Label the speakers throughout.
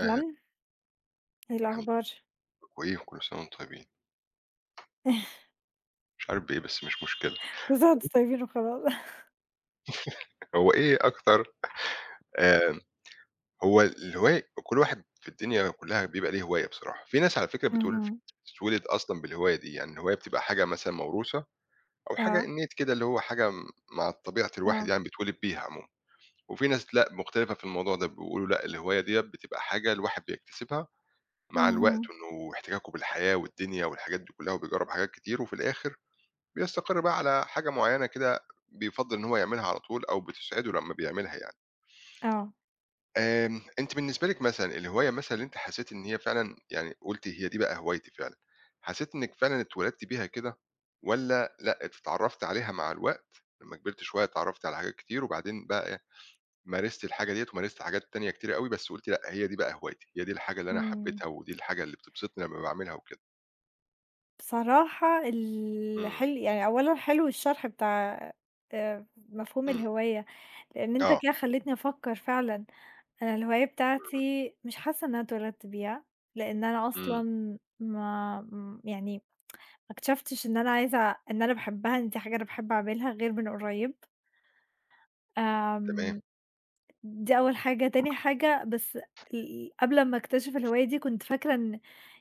Speaker 1: أهلًا،
Speaker 2: إيه
Speaker 1: الحمد
Speaker 2: الأخبار؟
Speaker 1: لله كويس وكل سنة وأنتم طيبين، مش عارف بإيه بس مش مشكلة،
Speaker 2: كنتوا بتقعدوا تسيبيني وخلاص.
Speaker 1: هو إيه أكتر آمم، هو الهواية كل واحد في الدنيا كلّها بيبقى ليه هواية بصراحة، في ناس على فكرة بتقول في
Speaker 2: اهم،
Speaker 1: ناس بتتولد أصلًا بالهواية دي، يعني الهواية بتبقى حاجة مثلًا موروثة أو حاجة
Speaker 2: آه،
Speaker 1: innate كده اللي هو حاجة م مع طبيعة الواحد
Speaker 2: آه،
Speaker 1: يعني بيتولد بيها عمومًا، وفي ناس لأ مختلفة في الموضوع ده، بيقولوا لأ الهواية ديّة بتبقى حاجة الواحد بيكتسبها مع الوقت
Speaker 2: اهم،
Speaker 1: وإنه احتكاكه بالحياة والدنيا والحاجات دي كلّها وبيجرّب حاجات كتير وفي الآخر بيستقر بقى على حاجة معيّنة كده بيفضّل إن هو يعملها على طول أو بتسعده لمّا بيعملها يعني.
Speaker 2: آه،
Speaker 1: أنتِ بالنسبة لِك مثلًا الهواية مثلًا اللي أنتِ حسيتِ إن هي فعلًا يعني قُلتِ هي دي بقى هوايتي فعلًا، حسيتِ إنِّك فعلًا اتولدتِ بيها كده والّا لأ، اتعرّفتِ عليها مع الوقت، لمّا كبرتِ شوية اتعرّفتِ على حاجات كتير وبعدين بقى مارست الحاجة ديّة ومارست حاجات تانية كتيرة أوي، بس قُلتِ لأ، هي دي بقى هوايتي، هي دي الحاجة اللي أنا
Speaker 2: إمم،
Speaker 1: حبيتها ودي الحاجة اللي بتبسطني لمّا باعملها وكده؟
Speaker 2: بصراحة
Speaker 1: إمم،
Speaker 2: الحل يعني أولًا حلو الشرح بتاع مفهوم
Speaker 1: إمم،
Speaker 2: الهواية، لإن أنت
Speaker 1: آه،
Speaker 2: كده خلّيتني أفكّر فعلًا، أنا الهواية
Speaker 1: إمم،
Speaker 2: بتاعتي مش حاسة إن أنا اتولدت بيها، لإن أنا
Speaker 1: إمم،
Speaker 2: أصلًا ما م يعني ما اكتشفتش إن أنا عايزة إن أنا باحبها، إن دي حاجة أنا باحب أعملها غير من قريب،
Speaker 1: تمام،
Speaker 2: آمم. دي أول حاجة، تاني حاجة بس قبل أمّا أكتشف الهواية دي كنت فاكرة إن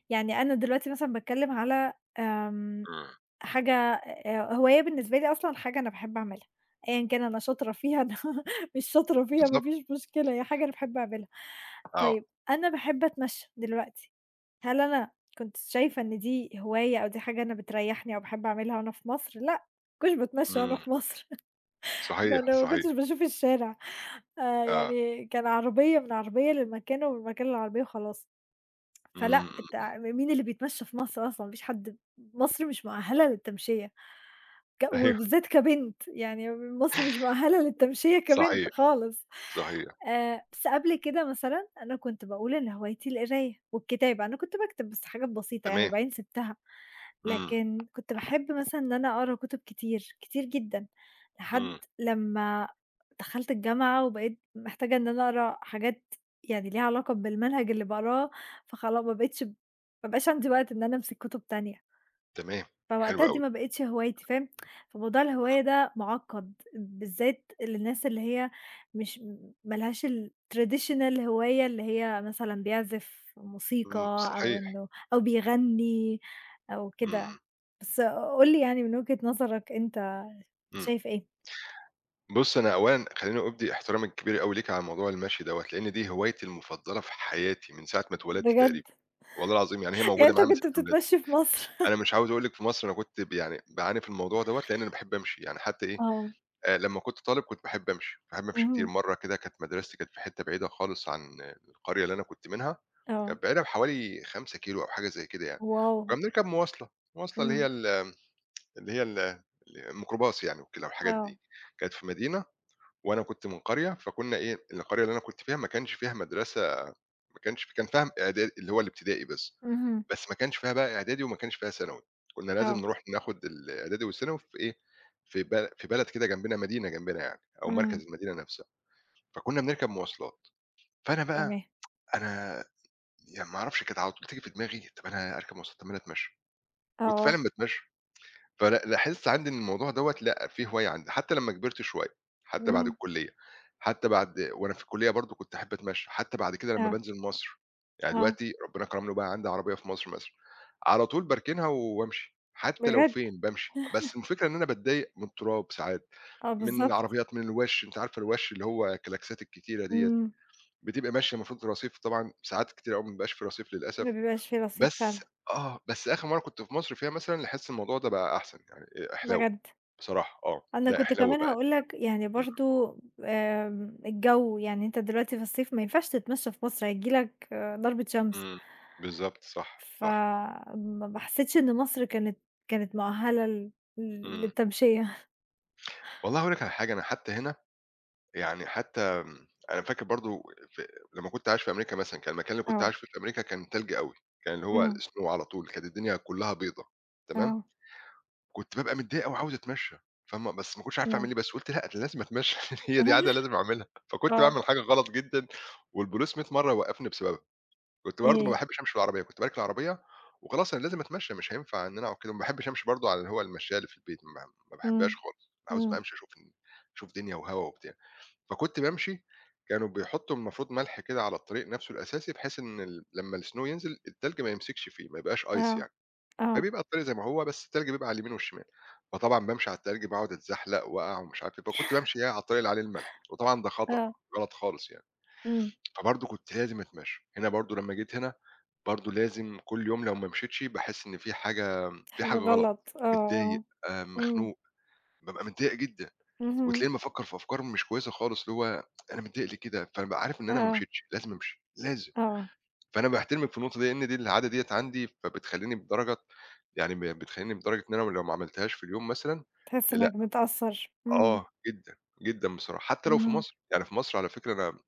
Speaker 2: يعني أنا دلوقتي مثلًا باتكلّم على آمم
Speaker 1: إمم،
Speaker 2: حاجة هواية بالنسبة لي أصلًا حاجة أنا باحب أعملها، أيًا كان أنا شاطرة فيها أنا مش شاطرة فيها ما
Speaker 1: بالضبط،
Speaker 2: فيش مشكلة، هي حاجة أنا باحب أعملها.
Speaker 1: آه.
Speaker 2: طيب أنا باحب أتمشّى دلوقتي، هل أنا كنت شايفة إن دي هواية أو دي حاجة أنا بتريّحني أو باحب أعملها وأنا في مصر؟ لأ، ما كنتش باتمشّى وأنا
Speaker 1: إمم،
Speaker 2: في مصر. يعني
Speaker 1: صحيح،
Speaker 2: أنا ما
Speaker 1: صحيح،
Speaker 2: كنتش باشوف الشارع،
Speaker 1: آه،
Speaker 2: يعني كان عربية من عربية للمكان ومن مكان للعربية وخلاص.
Speaker 1: إمم،
Speaker 2: فلأ، أنت
Speaker 1: إمم،
Speaker 2: مين اللي بيتمشّى في مصر أصلًا؟ ما فيش حد، مصر مش مؤهلة للتمشية،
Speaker 1: أيوه
Speaker 2: وبالذات كبنت، يعني مصر مش مؤهلة للتمشية كبنت
Speaker 1: صحيح،
Speaker 2: خالص.
Speaker 1: صحيح،
Speaker 2: بس قبل كده مثلًا أنا كنت باقول إن هوايتي القراية والكتابة، أنا كنت باكتب بس حاجات بسيطة يعني
Speaker 1: تمام،
Speaker 2: وبعدين سِبتها،
Speaker 1: إمم،
Speaker 2: لكن كنت باحب مثلًا إن أنا أقرا كُتب كتير، كتير جدًا، لحد
Speaker 1: إمم،
Speaker 2: لمّا دخلت الجامعة وبقيت محتاجة إن أنا أقرا حاجات يعني ليها علاقة بالمنهج اللي باقراه فخلا ما بقيتش ما بقاش عندي وقت إن أنا أمسك كتب تانية،
Speaker 1: تمام، حلو
Speaker 2: فوقتها دي
Speaker 1: أوي،
Speaker 2: ما بقتش هوايتي، فاهم. فموضوع الهواية ده معقّد، بالذات للناس اللي هي مش، ما لهاش الtraditional هواية اللي هي مثلًا بيعزف موسيقى
Speaker 1: إمم،
Speaker 2: أو
Speaker 1: صحيح،
Speaker 2: إنه أو بيغني أو
Speaker 1: إمم،
Speaker 2: كده، بس قُل لي يعني من وجهة نظرك أنت
Speaker 1: إمم،
Speaker 2: شايف إيه؟
Speaker 1: بُص أنا أولًا خلّيني أُبدي احترامي الكبير أوي ليك على موضوع المشي دوّة، لإن دي هوايتي المفضلة في حياتي من ساعة ما اتولدت
Speaker 2: بجد!
Speaker 1: تقريبًا، والله العظيم يعني هي
Speaker 2: يعني
Speaker 1: موجودة
Speaker 2: أنت
Speaker 1: معايا من
Speaker 2: كنت
Speaker 1: ساعة ولادة،
Speaker 2: بتتمشّي في مصر؟
Speaker 1: أنا مش عاوز أقول لك في مصر أنا كنت يعني باعاني في الموضوع دوّة لإن أنا باحب أمشي، يعني حتى إيه
Speaker 2: آه،
Speaker 1: لمّا كنت طالب كنت باحب أمشي، باحب أمشي كتير،
Speaker 2: اهم،
Speaker 1: مرّة كده كانت مدرستي كانت في حتّة بعيدة خالص عن القرية اللي أنا كنت منها،
Speaker 2: آه،
Speaker 1: كانت بعيدة بحوالي 5 كيلو أو حاجة زي كده يعني،
Speaker 2: واو!
Speaker 1: وكنا بنركب مواصلة، المواصلة اللي هي
Speaker 2: إمم،
Speaker 1: ال اللي هي ال الميكروباص يعني وكده والحاجات
Speaker 2: آه،
Speaker 1: دي، كانت في مدينة وأنا كنت من قرية، فكنا إيه، القرية اللي أنا كنت فيها ما كانش فيها مدرسة ما كانش كان فيها إعداد اللي هو الابتدائي بس.
Speaker 2: اهم،
Speaker 1: بس ما كانش فيها بقى إعدادي وما كانش فيها ثانوي، كنا لازم
Speaker 2: آه،
Speaker 1: نروح ناخد الإعدادي والثانوي في إيه، في بلد كده جنبنا مدينة جنبنا يعني، أو مركز
Speaker 2: إمم.
Speaker 1: المدينة نفسها، فكنا بنركب مواصلات، فأنا بقى
Speaker 2: تمام.
Speaker 1: أنا يعني ما أعرفش كانت على طول تيجي في دماغي طب أنا أركب مواصلات طب ما أنا أتمشى، كنت
Speaker 2: آه،
Speaker 1: فعلًا باتمشى، فلا لاحظت عندي إن الموضوع دوّة لأ، في هواية عندي، حتى لمّا كبرت شوية، حتى بعد
Speaker 2: إمم،
Speaker 1: الكلية، حتى بعد وأنا في الكلية برضه كنت أحب أتمشى، حتى بعد كده لمّا
Speaker 2: آه،
Speaker 1: بانزل مصر، يعني
Speaker 2: آه،
Speaker 1: دلوقتي ربنا كرمني وبقى عندي عربية في مصر مثلًا، على طول باركنها وبامشي، حتى لو
Speaker 2: بجد؟
Speaker 1: فين بامشي، بس الفكرة إن أنا باتضايق من التراب ساعات،
Speaker 2: آه
Speaker 1: من
Speaker 2: بالضبط،
Speaker 1: العربيات، من الوَش، أنتِ عارفة الوَش اللي هو الكلاكسات الكتيرة ديّة،
Speaker 2: إمم،
Speaker 1: بتبقى ماشية المفروض في رصيف طبعًا ساعات كتيرة أوي ما بيبقاش في رصيف
Speaker 2: ما
Speaker 1: للأسف،
Speaker 2: بيبقاش في رصيد
Speaker 1: بس
Speaker 2: فعلًا،
Speaker 1: آه، بس آخر مرّة كنت في مصر فيها مثلًا لاحظت الموضوع ده بقى أحسن، يعني إحلاو
Speaker 2: بجد.
Speaker 1: بصراحة آه،
Speaker 2: أنا
Speaker 1: لأ
Speaker 2: كنت
Speaker 1: إحلاو
Speaker 2: كمان
Speaker 1: بقى
Speaker 2: هاقول لك يعني
Speaker 1: إمم،
Speaker 2: برضه، آمم، الجو. يعني أنت دلوقتي في الصيف ما ينفعش تتمشى في مصر، هييجي لك ضربة شمس،
Speaker 1: إمم، بالضبط صح، صح،
Speaker 2: فما ما حسيتش إن مصر كانت مؤهلة
Speaker 1: إمم.
Speaker 2: للتمشية.
Speaker 1: والله هاقول لك على حاجة، أنا حتى هنا يعني حتى أنا فاكر برضه في لمّا كنت عايش في أمريكا مثلًا، كان المكان اللي كنت
Speaker 2: آه،
Speaker 1: عايش فيه في أمريكا كان تلج أوي، كان اللي هو
Speaker 2: إمم،
Speaker 1: snow على طول، كانت الدنيا كلّها بيضا، تمام؟
Speaker 2: آه،
Speaker 1: كنت بابقى متضايق أوي وعاوز أتمشّى، فاهمة، بس ما كنتش عارف
Speaker 2: آه،
Speaker 1: أعمل إيه، بس قُلت لأ، ده لازم أتمشّى يعني هي دي عادة لازم أعملها، فكنت
Speaker 2: آه،
Speaker 1: باعمل حاجة غلط جدًا والبوليس 100 مرّة يوقّفني بسببها، كنت برضه ما
Speaker 2: إيه،
Speaker 1: باحبش أمشي بالعربية، كنت باركن العربية وخلاص أنا لازم أتمشّى مش هينفع إن أنا أقعد كده وما باحبش أمشي برضه على اللي هو المشّاية اللي في البيت ما باحبهاش
Speaker 2: إمم،
Speaker 1: خالص، عاوز بقى
Speaker 2: إمم،
Speaker 1: أمشي أشوف أشوف دنيا وهوا وبتاع، فكنت بامشي كانوا بيحطّوا المفروض ملح كده على الطريق نَفْسه الأساسي بحيث إن ال لمّا الsnow ينزل التلج ما يمسكش فيه، ما يبقاش ice
Speaker 2: آه،
Speaker 1: يعني.
Speaker 2: آه،
Speaker 1: فبيبقى الطريق زي ما هو، بس التلج بيبقى على اليمين والشمال، فطبعًا بامشي على التلج باقعد اتزحلق واقع ومش عارف إيه، فكنت بامشي إيه، على الطريق اللي عليه الملح، وطبعًا ده خطأ،
Speaker 2: آه،
Speaker 1: غلط خالص يعني،
Speaker 2: إمم.
Speaker 1: فبرضه كنت لازم أتمشى، هنا برضه لمّا جيت هنا برضه لازم كل يوم لو ما مشيتش باحس إن في
Speaker 2: حاجة
Speaker 1: حاجة غلط،
Speaker 2: غلط، آه،
Speaker 1: متضايق،
Speaker 2: آه، إمم،
Speaker 1: مخنوق، بابقى متضايق جدًا،
Speaker 2: اهم،
Speaker 1: وتلاقيني بافكر في أفكار مش كويسة خالص، اللي هو أنا متضايق ليه كده؟ فبابقى عارف إن أنا ما
Speaker 2: آه،
Speaker 1: مشيتش، لازم أمشي، لازم.
Speaker 2: آه،
Speaker 1: فأنا باحترمِك في النقطة دي، لإن دي العادة ديّة عندي، فبتخلّيني بدرجة يعني ب بتخلّيني بدرجة إن أنا لو ما عملتهاش في اليوم مثلًا
Speaker 2: تحس
Speaker 1: لأ
Speaker 2: إنك متأثّر، إمم،
Speaker 1: آه، جدًا، جدًا بصراحة، حتى لو في
Speaker 2: اهم،
Speaker 1: مصر، يعني في مصر على فكرة أنا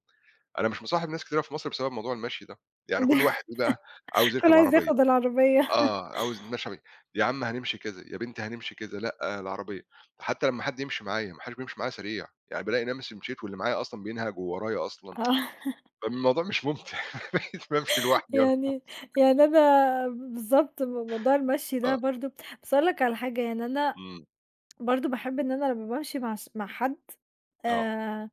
Speaker 1: أنا مش مصاحب ناس كتيرة في مصر بسبب موضوع المشي ده، يعني كل
Speaker 2: كلّه
Speaker 1: واحد إيه بقى، عاوز يركب
Speaker 2: عايز
Speaker 1: عربية،
Speaker 2: ياخد العربية.
Speaker 1: آه، عاوز نتمشى بيها، يا عم هنمشي كذا، يا بنتي هنمشي كذا، لأ العربية، حتى لمّا حد يمشي معايا، ما حدش بيمشي معايا سريع، يعني بالاقي نفسي مشيت واللي معايا أصلًا بينهج وورايا أصلًا،
Speaker 2: آه،
Speaker 1: فالموضوع مش ممتع، بقيت بامشي لوحدي وأنا
Speaker 2: يعني يعني أنا بالضبط موضوع المشي ده
Speaker 1: آه،
Speaker 2: برضه، بس أقول لك على حاجة يعني أنا
Speaker 1: إمم،
Speaker 2: برضه باحب إن أنا لمّا بامشي مع حد،
Speaker 1: آه.
Speaker 2: آآ،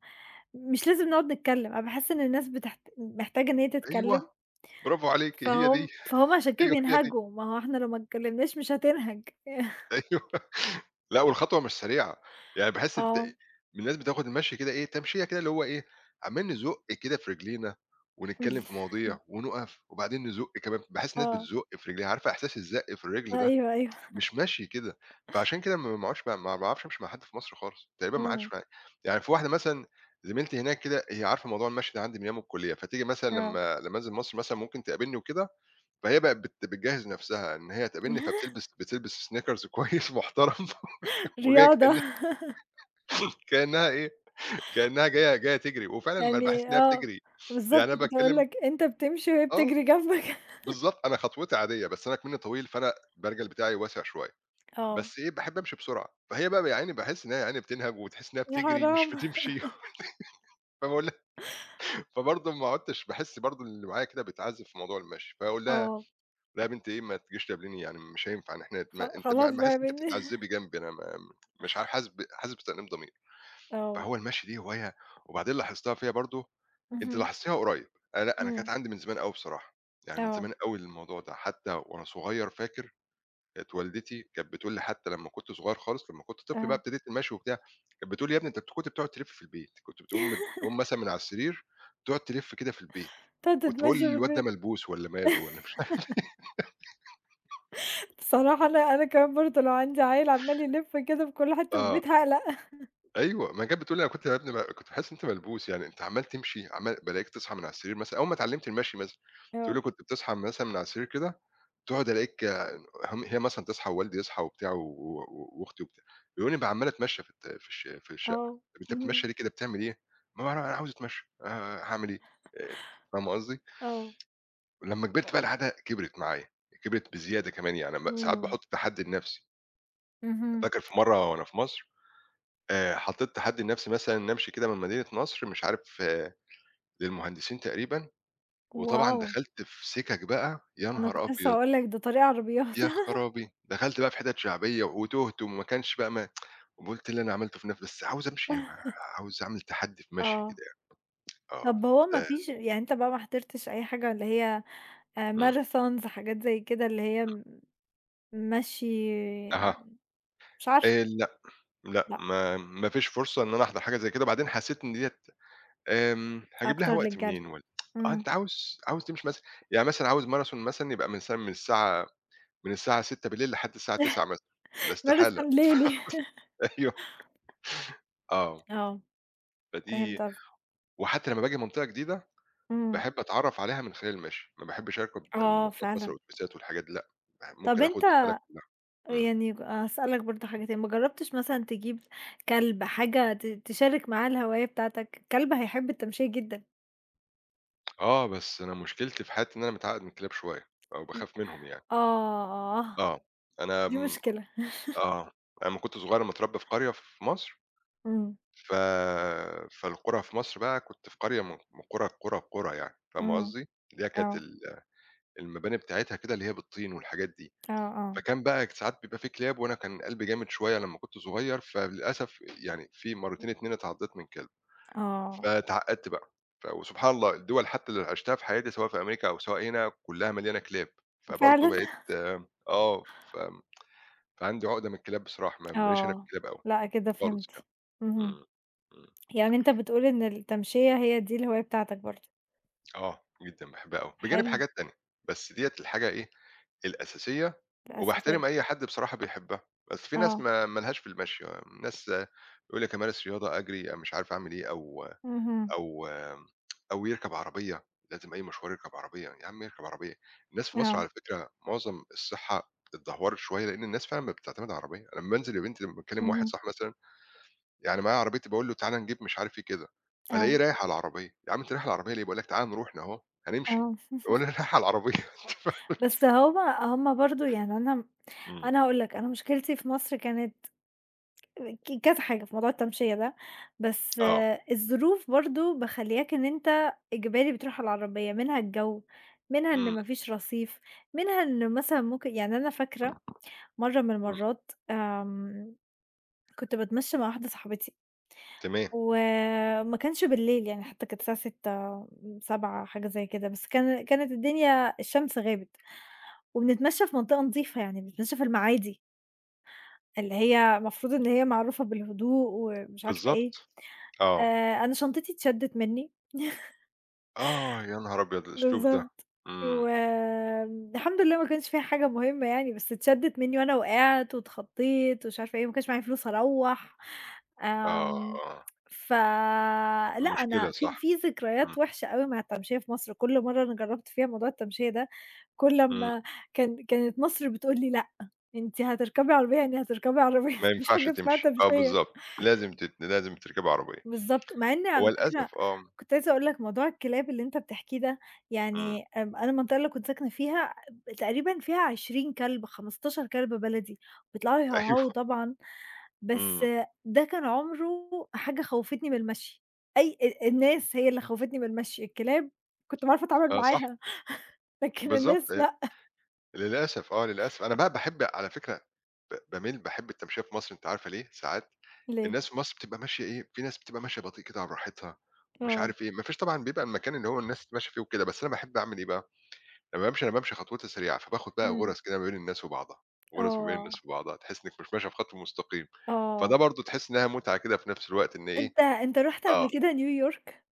Speaker 2: مش لازم نقعد نتكلّم، أنا باحس إن الناس بتحت محتاجة إن هي
Speaker 1: أيوه،
Speaker 2: تتكلّم،
Speaker 1: برافو عليكِ، هي دي،
Speaker 2: فهُم عشان كده
Speaker 1: أيوه هي دي،
Speaker 2: بينهَجوا، ما هو إحنا لو ما اتكلّمناش مش هتنهَج،
Speaker 1: أيوه. لأ والخطوة مش سريعة، يعني باحس أنت
Speaker 2: آه،
Speaker 1: الناس بتاخد المشي كده إيه، تمشية كده اللي هو إيه، عمّالين نزُق كده في رجلينا ونتكلّم في مواضيع ونُقف وبعدين نزُق كمان، باحس الناس
Speaker 2: آه.
Speaker 1: بتزُق في رجليها، عارفة إحساس الزَق في الرجل ده،
Speaker 2: أيوه، أيوه.
Speaker 1: مش مشي كده، فعشان كده ما باقعدش ما باعرفش أمشي مع حد في مصر خالص، تقريبا ما عادش
Speaker 2: إمم،
Speaker 1: مع يعني في واحدة مثلًا زميلتي هناك كده هي عارفة موضوع المشي ده عندي من أيام الكُلّية، فتيجي مثلًا
Speaker 2: آه.
Speaker 1: لمّا أنزل مصر مثلًا ممكن تقابلني وكده فهي بقت بتجهّز نَفْسها إن هي تقابلني، بتلبس sneakers كويس محترم وجاية
Speaker 2: رياضة.
Speaker 1: كإنها كإنها إيه، كإنها جاية تجري، وفعلًا ما أنا باحس
Speaker 2: يعني
Speaker 1: إنها
Speaker 2: آه،
Speaker 1: بتجري، يعني
Speaker 2: بالضبط
Speaker 1: أنا
Speaker 2: كنت هاقول
Speaker 1: باتكلّم
Speaker 2: لك أنت بتمشي وهي
Speaker 1: آه،
Speaker 2: بتجري جنبك.
Speaker 1: بالضبط، أنا خطوتي عادية، بس أنا كمنّي طويل، فأنا البرجل بتاعي واسع شوية،
Speaker 2: آه.
Speaker 1: بس إيه، باحب أمشي بسرعة، فهي بقى يا عيني باحس إن هي يا عيني بتنهج وتحس إنها
Speaker 2: يا
Speaker 1: بتجري مش
Speaker 2: حرام!
Speaker 1: بتمشي، فباقول لها فبرضه ما عُدتش باحس برضه اللي معايا كده بيتعذّب في موضوع المشي، فأقول لها
Speaker 2: آه.
Speaker 1: لا يا بنتي إيه ما تجيش تقابليني يعني مش هينفع إن إحنا
Speaker 2: خ
Speaker 1: ما أنتِ
Speaker 2: خلاص بقى
Speaker 1: باحس
Speaker 2: يا
Speaker 1: إن أنتِ
Speaker 2: بنتي.
Speaker 1: بتتعذّبي جنبي أنا ما مش عارف حاسس بتأنيب ضمير.
Speaker 2: آه.
Speaker 1: فهو المشي دي هواية وبعدين لاحظتها فيّا برضه أنتِ
Speaker 2: اهم.
Speaker 1: لاحظتيها قريب. أنا لأ، أنا
Speaker 2: إمم،
Speaker 1: كانت عندي من زمان أوي بصراحة، يعني من
Speaker 2: آه،
Speaker 1: زمان أوي الموضوع ده، حتى وأنا صغير فاكر كانت والدتي كانت بتقول لي حتى لمّا كنت صغير خالص، لمّا كنت طفل بقى
Speaker 2: آه.
Speaker 1: ابتديت المشي وبتاع، كانت بتقول لي: "يا ابني أنت كنت بتقعد تلِف في البيت، كنت بتقوم تقوم مثلًا من على السرير تقعد تلِف كده في البيت."
Speaker 2: تقعد
Speaker 1: كنت باقول
Speaker 2: تتمشى في
Speaker 1: للواد ده
Speaker 2: البيت.
Speaker 1: ملبوس والّا ماله والّا مش عارف
Speaker 2: الصراحة أنا كمان برضه لو عندي عيل عمّال يلِف كده في كل حتة في
Speaker 1: آه.
Speaker 2: البيت هاقلق.
Speaker 1: أيوه، ما كانت بتقول لي: "أنا كنت يا ابني كنت باحس إن أنت ملبوس، يعني أنت عمّال تمشي، عمّال بالاقيك تصحى من على السرير مثلًا" أول ما اتعلّمت المشي مثلًا، تقول لي:
Speaker 2: آه،
Speaker 1: "كنت بتصحى مثلًا من على السرير كده، تقعد ألاقيك" هم هي مثلًا تصحى ووالدي يصحى وبتاع و وأختي وبتاع، يلاقوني عمّال أتمشى في الشقة،
Speaker 2: آه.
Speaker 1: "طب أنت بتتمشى
Speaker 2: اهم،
Speaker 1: ليه كده، بتعمل إيه؟" "ما هو أنا عاوز أتمشى، هاعمل إيه؟" آآ فاهمة قصدي؟
Speaker 2: آه.
Speaker 1: لمّا كبرت بقى العادة كبرت معايا، كبرت بزيادة كمان يعني ساعات
Speaker 2: إمم،
Speaker 1: باحُط تحدي لنَفْسي.
Speaker 2: اهم.
Speaker 1: فاكر في مرّة وأنا في مصر حطيت تحدّي لنَفْسي مثلًا إنّي أمشي كده من مدينة نصر مش عارف آه، للمهندسين تقريبًا، وطبعًا
Speaker 2: واو!
Speaker 1: دخلت في سِكَك بقى يا
Speaker 2: أنا
Speaker 1: نهار
Speaker 2: كنت لسه
Speaker 1: أبيض!
Speaker 2: هاقول لك ده طريق عربيات.
Speaker 1: يا خرابي! دخلت بقى في حِتَت شعبية وتُهت وما كانش بقى ما وقُلت إيه اللي أنا عملته في نَفْسي بس عاوز أمشي يا ما عاوز أعمل تحدّي في مَشيي كده
Speaker 2: آه.
Speaker 1: يعني آه،
Speaker 2: طب هو ما
Speaker 1: فده
Speaker 2: فيش يعني أنت بقى ما حضرتش أي حاجة اللي هي
Speaker 1: إمم.
Speaker 2: marathons حاجات زي كده اللي هي مشي،
Speaker 1: أها.
Speaker 2: مش عارفة،
Speaker 1: لأ، لأ
Speaker 2: لأ،
Speaker 1: ما فيش فرصة إن أنا أحضر حاجة زي كده، وبعدين حسّيت إن ديّة هاجيب
Speaker 2: أكتر
Speaker 1: لها وقت
Speaker 2: للجري،
Speaker 1: منين والّا آه
Speaker 2: إمم،
Speaker 1: أنت عاوز تمشي مثلًا يعني مثلًا عاوز marathon مثلًا يبقى مثلًا من الساعة 18:00 لحد الساعة 21:00 مثلًا، ده استحالة
Speaker 2: marathon ليلي.
Speaker 1: أيوه آه،
Speaker 2: آه، فهمت
Speaker 1: فدي
Speaker 2: قصدك،
Speaker 1: وحتى لمّا باجي منطقة جديدة،
Speaker 2: إمم،
Speaker 1: باحب أتعرّف عليها من خلال المشي، ما باحبش أركب
Speaker 2: آه
Speaker 1: المواصلات مثلًا
Speaker 2: فعلًا.
Speaker 1: والأوتوبيسات والحاجات دي لأ، باح
Speaker 2: طب
Speaker 1: ممكن آخد
Speaker 2: أنت
Speaker 1: البلد كلها. إمم.
Speaker 2: يعني هاسألك برضه حاجة تاني، ما جربتش مثلًا تجيب كلب حاجة تشارك معاه الهواية بتاعتك؟ الكلب هيحب التمشية جدًا.
Speaker 1: آه، بس أنا مشكلتي في حياتي إن أنا متعقّد من الكلاب شوية، أو
Speaker 2: ي
Speaker 1: باخاف منهم يعني.
Speaker 2: آه، آه،
Speaker 1: آه، أنا
Speaker 2: دي
Speaker 1: آمم
Speaker 2: مشكلة.
Speaker 1: آه، أنا لمّا كنت صغير متربّي في قرية في مصر،
Speaker 2: إمم،
Speaker 1: ف فالقرى في مصر بقى كنت في قرية من قرى، قرى، قرى يعني، فاهمة
Speaker 2: إمم،
Speaker 1: قصدي؟ اللي هي كانت
Speaker 2: آه،
Speaker 1: المباني بتاعتها كده اللي هي بالطين والحاجات دي،
Speaker 2: آه، آه،
Speaker 1: فكان بقى ساعات بيبقى في كلاب وأنا كان قلبي جامد شوية لمّا كنت صغير، فللأسف يعني في مرّتين 2 اتعضّيت من كلب،
Speaker 2: آه،
Speaker 1: فاتعقّدت بقى، وسبحان الله الدول حتى اللي عِشتها في حياتي سواء في أمريكا أو سواء هنا كلّها مليانة كلاب، فبرضه
Speaker 2: فعلًا؟
Speaker 1: بقيت آه، آه، فعندي عُقدة من الكلاب بصراحة، ما ليش أنا في
Speaker 2: آه،
Speaker 1: الكلاب أوي
Speaker 2: لأ كده
Speaker 1: خالص
Speaker 2: فهمت،
Speaker 1: يعني.
Speaker 2: اهم.
Speaker 1: إمم، إمم،
Speaker 2: يعني أنت بتقول إن التمشية هي دي الهواية بتاعتك برضه،
Speaker 1: آه، جدًا باحبها أوي، بجانب
Speaker 2: حلو،
Speaker 1: حاجات تانية، بس ديّة الحاجة إيه الأساسية،
Speaker 2: الأساسية،
Speaker 1: وباحترم أي حد بصراحة بيحبها، بس في ناس
Speaker 2: آه،
Speaker 1: ما لهاش في المشي، ناس يقول لك أمارس رياضة، أجري، مش عارف أعمل إيه،
Speaker 2: اهم،
Speaker 1: أو أو يركب عربية، لازم أي مشوار يركب عربية، يا عم يركب عربية. الناس في مصر
Speaker 2: آه،
Speaker 1: على فكرة معظم الصحة اتدهورت شوية، لأن الناس فعلًا بقت بتعتمد على العربية، أنا لمّا بانزل يا بنتي لمّا باكلم واحد
Speaker 2: اهم،
Speaker 1: صاحبي مثلًا، يعني معايا عربيتي باقول له تعالَ نجيب مش عارف إيه كده، فالاقيه
Speaker 2: آه،
Speaker 1: رايح على العربية، يا عم أنت رايح على العربية ليه؟ باقول لك تعالَ نروح أهو، هنمشي،
Speaker 2: آه،
Speaker 1: هو أنا رايح على العربية أنت فاهم؟
Speaker 2: بس هُم برضه يعني أنا
Speaker 1: إمم،
Speaker 2: أنا هاقول لك أنا مشكلتي في مصر كانت كذا حاجة في موضوع التمشية ده، بس
Speaker 1: آه،
Speaker 2: آه، الظروف برضه مخلّياك إن أنت إجباري بتروح على العربية، منها الجو، منها إن
Speaker 1: إمم.
Speaker 2: ما فيش رصيف، منها إن مثلًا ممكن، يعني أنا فاكرة مرة من
Speaker 1: إمم،
Speaker 2: المرّات، آمم، كنت باتمشّى مع واحدة صاحبتي،
Speaker 1: تمام،
Speaker 2: وما كانش بالليل يعني، حتى كانت الساعة 18:00، 19:00 حاجة زي كده، بس كانت الدنيا الشمس غابت، وبنتمشّى في منطقة نضيفة، يعني بنتمشّى في المعادي، اللي هي المفروض إن هي معروفة بالهدوء ومش عارفة إيه،
Speaker 1: بالضبط، آه،
Speaker 2: أنا شنطتي اتشدت منّي.
Speaker 1: آه، يا نهار أبيض الأسلوب ده!
Speaker 2: بالضبط.
Speaker 1: إمم،
Speaker 2: وآمم الحمد لله ما كانش فيها حاجة مهمة يعني، بس اتشدت منّي وأنا وقعت واتخضّيت ومش عارفة إيه، وما كانش معايا فلوس أروّح، آمم.
Speaker 1: آه،
Speaker 2: ف لأ
Speaker 1: مشكلة
Speaker 2: أنا في
Speaker 1: صح، إمم،
Speaker 2: ذكريات وِحشة أوي مع التمشية في مصر، كل مرّة أنا جرّبت فيها موضوع التمشية ده، كل
Speaker 1: إمم،
Speaker 2: أمّا كانت مصر بتقول لي: "لأ، أنتِ هتركبي عربية، يعني هتركبي عربية، ما
Speaker 1: ما
Speaker 2: فيش
Speaker 1: ينفعش
Speaker 2: حاجة اسمها
Speaker 1: تمشي، آه
Speaker 2: تمشية."
Speaker 1: بالضبط، لازم لازم تركبي عربية،
Speaker 2: بالضبط، مع إن
Speaker 1: هو
Speaker 2: على فكرة
Speaker 1: للأسف آه،
Speaker 2: كنت عايزة أقول لك موضوع الكلاب اللي أنت بتحكيه ده،
Speaker 1: إمم،
Speaker 2: يعني آمم، أنا المنطقة اللي كنت ساكنة فيها تقريبًا فيها 20 كلب، 15 كلب بلدي، بيطلعوا يهوهوا
Speaker 1: أيوه،
Speaker 2: طبعًا، بس
Speaker 1: إمم،
Speaker 2: ده كان عمره حاجة خوّفتني من المشي، أي أ الناس هي اللي خوّفتني من المشي، الكلاب كنت باعرف أتعامل
Speaker 1: آه صح،
Speaker 2: معاها، لكن
Speaker 1: بالضبط،
Speaker 2: الناس لأ،
Speaker 1: للأسف آه، للأسف، أنا بقى باحب على فكرة باميل باحب التمشية في مصر أنتِ عارفة ليه؟ ساعات
Speaker 2: ليه
Speaker 1: الناس في مصر بتبقى ماشية إيه، في ناس بتبقى ماشية بطيء كده على راحتها ومش
Speaker 2: آه،
Speaker 1: عارف إيه، ما فيش طبعًا بيبقى المكان اللي هو الناس ماشية فيه وكده، بس أنا باحب أعمل إيه بقى لمّا بامشي أنا بامشي خطوتي سريعة، فباخد بقى
Speaker 2: إمم،
Speaker 1: غُرَز كده ما بين الناس وبعضها، غُرَز ما بين
Speaker 2: آه،
Speaker 1: الناس وبعضها، تحس إنِّك مش ماشية في خط مستقيم، فده
Speaker 2: آه،
Speaker 1: برضه تحس إنها متعة كده في نفس الوقت إن إيه.
Speaker 2: أنت رُحت
Speaker 1: آه،
Speaker 2: قبل كده نيويورك؟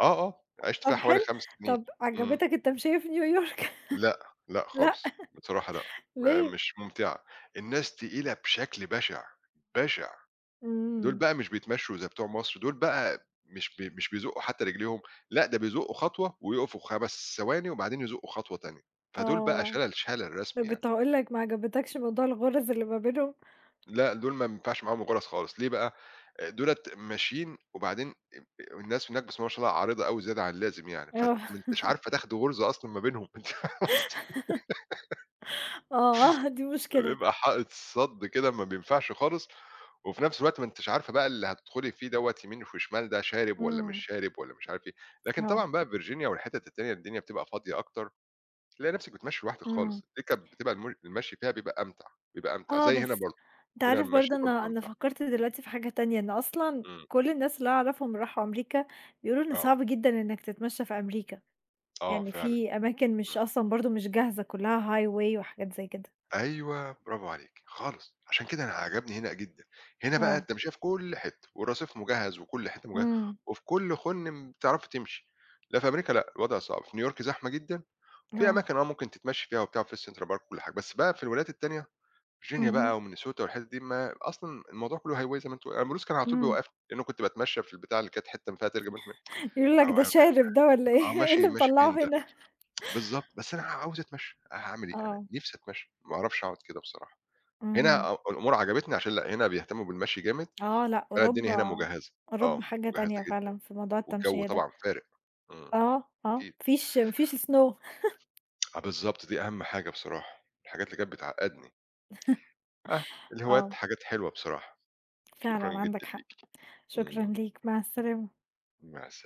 Speaker 1: آه، آه، عِشت فيها
Speaker 2: طب
Speaker 1: حوالي
Speaker 2: حلو،
Speaker 1: 5 سنين،
Speaker 2: طب
Speaker 1: إمم،
Speaker 2: عجبتك التمشية في نيويورك؟
Speaker 1: لأ، لأ
Speaker 2: لأ.
Speaker 1: خالص، بصراحة لأ، ما
Speaker 2: ليه؟
Speaker 1: مش ممتعة، الناس تقيلة بشكل بشع، بشع، دول
Speaker 2: إمم.
Speaker 1: بقى مش بيتمشّوا زي بتوع مصر، دول بقى مش بيزقّوا حتى رجليهم، لأ ده بيزقّوا خطوة ويقفوا 5 ثواني وبعدين يزقّوا خطوة تانية، فدول بقى
Speaker 2: آه.
Speaker 1: شلل، شلل رسمي
Speaker 2: أنا
Speaker 1: يعني.
Speaker 2: كنت هاقول لك ما عجبتكش موضوع الغُرَز اللي ما بينهم؟
Speaker 1: لأ، دول ما بينفعش معاهم الغُرَس خالص، ليه بقى؟ دُولة ماشيين وبعدين الناس هناك بسم الله ما شاء الله عريضة أوي زيادة عن اللازم يعني، فأنت
Speaker 2: آه.
Speaker 1: ما أنتش عارفة تاخدي غُرزة أصلًا ما بينهم، أنتِ فاهمة قصدي؟
Speaker 2: آه، دي مشكلة.
Speaker 1: بيبقى حائط صَد كده ما بينفعش خالص، وفي نفس الوقت ما أنتِش عارفة بقى اللي هتدخُلي فيه دوّة يمين وشمال ده شارب والّا مش
Speaker 2: إمم.
Speaker 1: شارب والّا مش عارف إيه، لكن
Speaker 2: آه.
Speaker 1: طبعًا بقى في فيرجينيا والحِتَت التانية الدنيا بتبقى فاضية أكتر، تلاقي نفسِك بتمشّي لوحدِك
Speaker 2: إمم.
Speaker 1: خالص، دي كانت بتبقى المشي فيها بيبقى أمتع، بيبقى أمتع
Speaker 2: آه،
Speaker 1: زي هنا
Speaker 2: بس
Speaker 1: برضه،
Speaker 2: أنت
Speaker 1: هنا
Speaker 2: عارف
Speaker 1: المشي
Speaker 2: برضه،
Speaker 1: برضه
Speaker 2: أنا
Speaker 1: أمتع.
Speaker 2: فكّرت دلوقتي في حاجة تانية، إن أصلًا
Speaker 1: إمم،
Speaker 2: كل الناس اللي أعرفهم راحوا أمريكا بيقولوا إن
Speaker 1: آه،
Speaker 2: صعب جدًا إنّك تتمشّى في أمريكا،
Speaker 1: آه
Speaker 2: يعني
Speaker 1: فعلًا.
Speaker 2: في أماكن مش
Speaker 1: إمم.
Speaker 2: أصلًا برضه مش جاهزة، كُلّها highway وحاجات زي كده.
Speaker 1: أيوه، برافو عليكِ، خالص، عشان كده أنا عجبني هنا جدًا، هنا بقى
Speaker 2: آه.
Speaker 1: أنت مش شايف كل حتّة والرصيف مجهّز وكل حتّة مجهّزة
Speaker 2: إمم.
Speaker 1: وفي كل خُن بتعرفي تمشي، لا في أمريكا لأ، الوضع صعب، في نيويورك زحمة جدًا، في
Speaker 2: آه.
Speaker 1: أماكن آه ممكن تتمشّي فيها وبتاع وفي الcentral park وكل حاجة، بس بقى في الولايات التانية ڤيرجينيا
Speaker 2: اهم.
Speaker 1: بقى ومينيسوتا والحتت دي ما أصلًا الموضوع كلّه highway زي ما أنتِ قلت. أنا البوليس كان على طول
Speaker 2: إمم.
Speaker 1: بيوقّفني، لإنه كنت باتمشّى في البتاعة اللي كانت حتّة ما فيها تلج
Speaker 2: يقولوا لك ده
Speaker 1: آه،
Speaker 2: شارب ده والّا
Speaker 1: آه،
Speaker 2: إيه؟ إيه
Speaker 1: ماشي
Speaker 2: اللي
Speaker 1: ماشي
Speaker 2: مطلّعه
Speaker 1: فين ده؟
Speaker 2: هنا؟
Speaker 1: بالضبط، بس أنا عاوز أتمشّى، هاعمل إيه؟ أنا
Speaker 2: آه.
Speaker 1: نِفْسي أتمشّى، ما أعرفش أقعد كده بصراحة.
Speaker 2: اهم.
Speaker 1: هنا الأمور عجبتني عشان لأ، هنا بيهتموا بالمشي جامد،
Speaker 2: آه لأ،
Speaker 1: فلا الدنيا هنا
Speaker 2: أوروبا،
Speaker 1: مجهزة،
Speaker 2: أوروبا
Speaker 1: آه،
Speaker 2: حاجة
Speaker 1: مجهزة
Speaker 2: تانية
Speaker 1: جدًا،
Speaker 2: فعلًا في موضوع
Speaker 1: والجو
Speaker 2: التمشية ده.
Speaker 1: طبعًا فارق، إمم،
Speaker 2: آه، آه، ما
Speaker 1: أكيد،
Speaker 2: فيش ما فيش snow.
Speaker 1: آه بالضبط، دي أهم حاجة بصراحة، الحاجات اللي كانت بتعقّدني، آه، الهوايات
Speaker 2: آه،
Speaker 1: حاجات حلوة بصراحة،
Speaker 2: فعلًا
Speaker 1: شكرًا جدًا
Speaker 2: عندك حق.
Speaker 1: ليكِ، إمم،
Speaker 2: شكرًا ليك، مع السلامة.
Speaker 1: مع السلا